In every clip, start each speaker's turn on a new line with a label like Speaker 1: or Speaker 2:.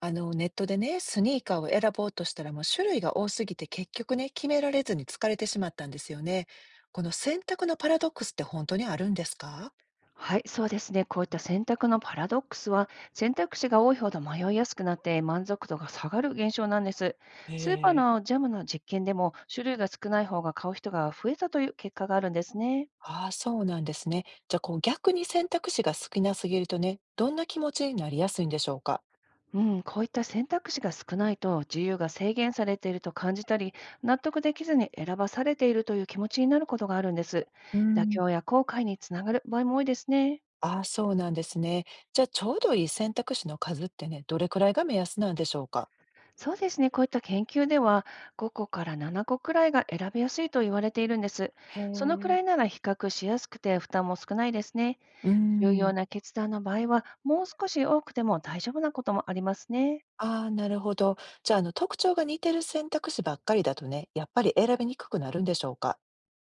Speaker 1: ネットでね、スニーカーを選ぼうとしたらもう種類が多すぎて結局ね、決められずに疲れてしまったんですよね。この選択のパラドックスって本当にあるんですか？
Speaker 2: はい、そうですね。こういった選択のパラドックスは、選択肢が多いほど迷いやすくなって満足度が下がる現象なんです。
Speaker 1: へ
Speaker 2: スーパー
Speaker 1: え、
Speaker 2: のジャムの実験でも、種類が少ない方が買う人が増えたという結果があるんですね。
Speaker 1: ああ、そうなんですね。じゃあこう逆に選択肢が少なすぎるとね、どんな気持ちになりやすいんでしょうか？
Speaker 2: うん、こういった選択肢が少ないと、自由が制限されていると感じたり、納得できずに選ばされているという気持ちになることがあるんです。
Speaker 1: う
Speaker 2: 妥
Speaker 1: ん、
Speaker 2: 協や後悔につながる場合も多いですね。
Speaker 1: ああ、そうなんですね。じゃあちょうどいい選択肢の数ってね、どれくらいが目安なんでしょうか？
Speaker 2: そうですね。こういった研究では、5個から7個くらいが選びやすいと言われているんです。
Speaker 1: へ
Speaker 2: そのくら
Speaker 1: え。
Speaker 2: いなら比較しやすくて負担も少ないですね。
Speaker 1: うー
Speaker 2: 重
Speaker 1: ん。
Speaker 2: 要な決断の場合は、もう少し多くても大丈夫なこともありますね。
Speaker 1: ああ、なるほど。じゃあ、特徴が似てる選択肢ばっかりだとね、やっぱり選びにくくなるんでしょうか？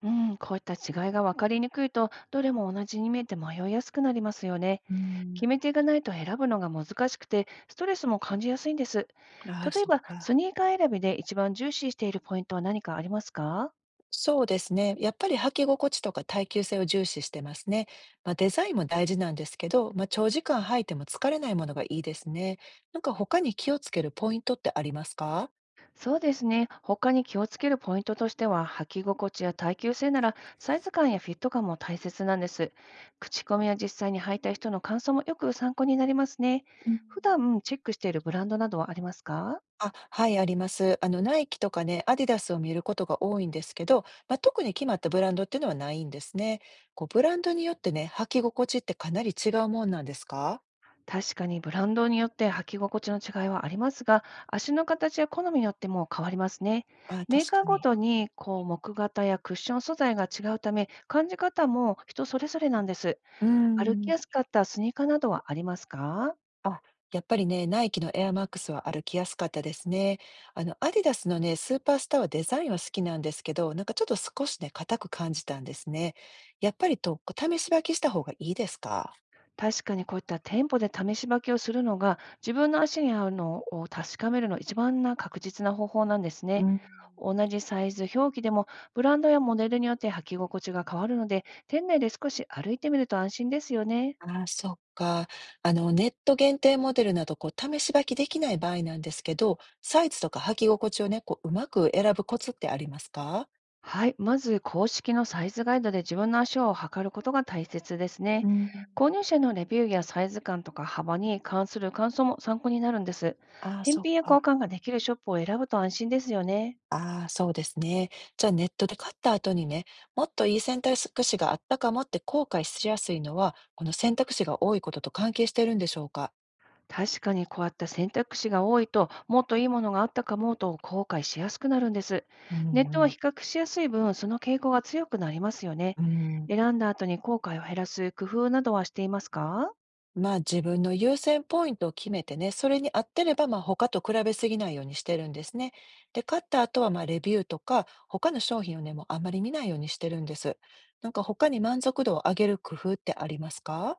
Speaker 2: うん、こういった違いが分かりにくいと、どれも同じに見えて迷いやすくなりますよね。
Speaker 1: うん、
Speaker 2: 決め手がないと選ぶのが難しくて、ストレスも感じやすいんです。
Speaker 1: ああ、
Speaker 2: 例え
Speaker 1: そっ
Speaker 2: ば、ス
Speaker 1: か。
Speaker 2: ニーカー選びで一番重視しているポイントは何かありますか？
Speaker 1: そうですね。やっぱり履き心地とか耐久性を重視してますね。まあ、デザインも大事なんですけど、まあ、長時間履いても疲れないものがいいですね。なんか他に気をつけるポイントってありますか？
Speaker 2: そうですね。他に気をつけるポイントとしては、履き心地や耐久性なら、サイズ感やフィット感も大切なんです。口コミや実際に履いた人の感想もよく参考になりますね。普段チェックしているブランドなどはありますか？
Speaker 1: あ、はい、あります。ナイキとかね、アディダスを見ることが多いんですけど、まあ、特に決まったブランドっていうのはないんですね。こう、ブランドによってね、履き心地ってかなり違うもんなんですか？
Speaker 2: 確かにブランドによって履き心地の違いはありますが、足の形や好みによっても変わりますね。
Speaker 1: あ、
Speaker 2: メー
Speaker 1: 確
Speaker 2: カー
Speaker 1: か
Speaker 2: ご
Speaker 1: に。
Speaker 2: とにこう木型やクッション素材が違うため、感じ方も人それぞれなんです。
Speaker 1: うー
Speaker 2: 歩き
Speaker 1: ん。
Speaker 2: やすかったスニーカーなどはありますか？
Speaker 1: あ、やっぱりね、ナイキのエアマックスは歩きやすかったですね。アディダスのね、スーパースターはデザインは好きなんですけど、なんかちょっと少しね、硬く感じたんですね。やっぱりと、試し履きした方がいいですか？
Speaker 2: 確かにこういった店舗で試し履きをするのが、自分の足に合うのを確かめるの一番な確実な方法なんです
Speaker 1: う
Speaker 2: ね。
Speaker 1: ん。
Speaker 2: 同じサイズ、表記でもブランドやモデルによって履き心地が変わるので、店内で少し歩いてみると安心ですよね。
Speaker 1: ああ、そっか。ネット限定モデルなど、こう、試し履きできない場合なんですけど、サイズとか履き心地をね、こう、うまく選ぶコツってありますか？
Speaker 2: はい、まず公式のサイズガイドで自分の足を測ることが大切です
Speaker 1: う
Speaker 2: ね。
Speaker 1: ん、
Speaker 2: 購入者のレビューやサイズ感とか幅に関する感想も参考になるんです。
Speaker 1: ああ、
Speaker 2: 返
Speaker 1: そっ
Speaker 2: 品や交
Speaker 1: か。
Speaker 2: 換ができるショップを選ぶと安心ですよね。
Speaker 1: ああ、そうですね。じゃあ、ネットで買った後にね、もっといい選択肢があったかもって後悔しやすいのは、この選択肢が多いことと関係してるんでしょうか？
Speaker 2: 確かにこういった選択肢が多いと、もっといいものがあったかもと後悔しやすくなるんです。
Speaker 1: うん、
Speaker 2: ネット
Speaker 1: う
Speaker 2: は
Speaker 1: ん。
Speaker 2: 比較しやすい分、その傾向が強くなりますよね。
Speaker 1: うん。
Speaker 2: 選んだ後に後悔を減らす工夫などはしていますか？
Speaker 1: まあ、自分の優先ポイントを決めてね、それに合ってれば、まあ、他と比べすぎないようにしてるんですね。で、買った後は、まあ、レビューとか、他の商品をね、もうあまり見ないようにしてるんです。なんか他に満足度を上げる工夫ってありますか？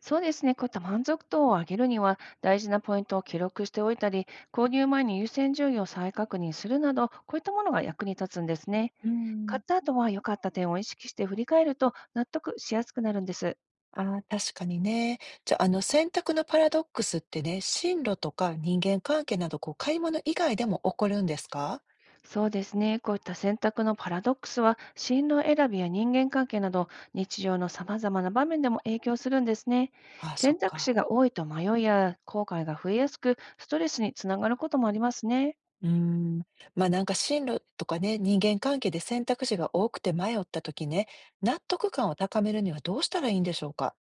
Speaker 2: そうですね。こういった満足度を上げるには、大事なポイントを記録しておいたり、購入前に優先順位を再確認するなど、こういったものが役に立つんですね。
Speaker 1: うん、
Speaker 2: 買った後は良かった点を意識して振り返ると納得しやすくなるんです。
Speaker 1: ああ、確かにね。じゃあ、選択のパラドックスってね、進路とか人間関係など、こう、買い物以外でも起こるんですか？
Speaker 2: そうですね。こういった選択のパラドックスは、進路選びや人間関係など、日常の様々な場面でも影響するんですね。
Speaker 1: ああ、そっ
Speaker 2: 選択肢
Speaker 1: か。
Speaker 2: が多いと迷いや後悔が増えやすく、ストレスにつながることもありますね。
Speaker 1: うーん、まあなんか進路とかね、人間関係で選択肢が多くて迷った時ね、納得感を高めるにはどうしたらいいんでしょうか？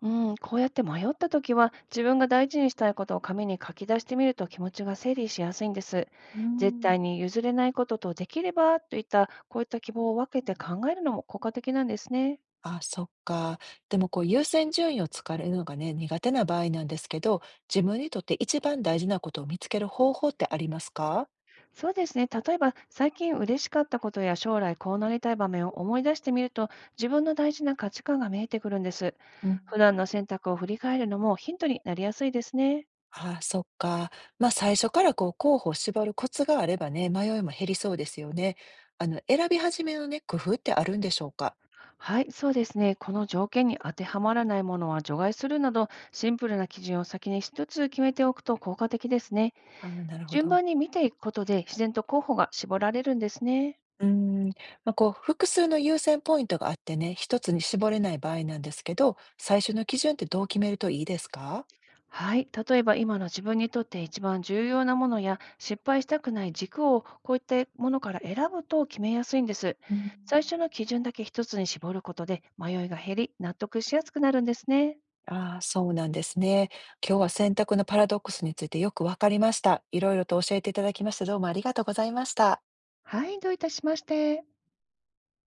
Speaker 2: うん、こうやって迷ったときは、自分が大事にしたいことを紙に書き出してみると気持ちが整理しやすいんです。
Speaker 1: うー
Speaker 2: 絶
Speaker 1: ん、
Speaker 2: 対に譲れないこととできればといった、こういった希望を分けて考えるのも効果的なんですね。
Speaker 1: あ、そっか。でもこう優先順位をつかれるのがね、苦手な場合なんですけど、自分にとって一番大事なことを見つける方法ってありますか？
Speaker 2: そうですね。例えば、最近嬉しかったことや将来こうなりたい場面を思い出してみると、自分の大事な価値観が見えてくるんです。
Speaker 1: うん。
Speaker 2: 普段の選択を振り返るのもヒントになりやすいですね。
Speaker 1: あ、そっか。まあ最初からこう候補を絞るコツがあればね、迷いも減りそうですよね。選び始めのね、工夫ってあるんでしょうか？
Speaker 2: はい、そうですね。この条件に当てはまらないものは除外するなど、シンプルな基準を先に一つ決めておくと効果的ですね。
Speaker 1: あー、なるほ
Speaker 2: 順
Speaker 1: ど。
Speaker 2: 番に見ていくことで、自然と候補が絞られるんですね。
Speaker 1: うーん、まあ、こう複数の優先ポイントがあってね、一つに絞れない場合なんですけど、最初の基準ってどう決めるといいですか？
Speaker 2: はい。例えば今の自分にとって一番重要なものや失敗したくない軸をこういったものから選ぶと決めやすいんです。
Speaker 1: うん。
Speaker 2: 最初の基準だけ一つに絞ることで迷いが減り納得しやすくなるんですね。
Speaker 1: ああ、そうなんですね。今日は選択のパラドックスについてよくわかりました。いろいろと教えていただきまして、どうもありがとうございました。
Speaker 2: はい。どういたしまして。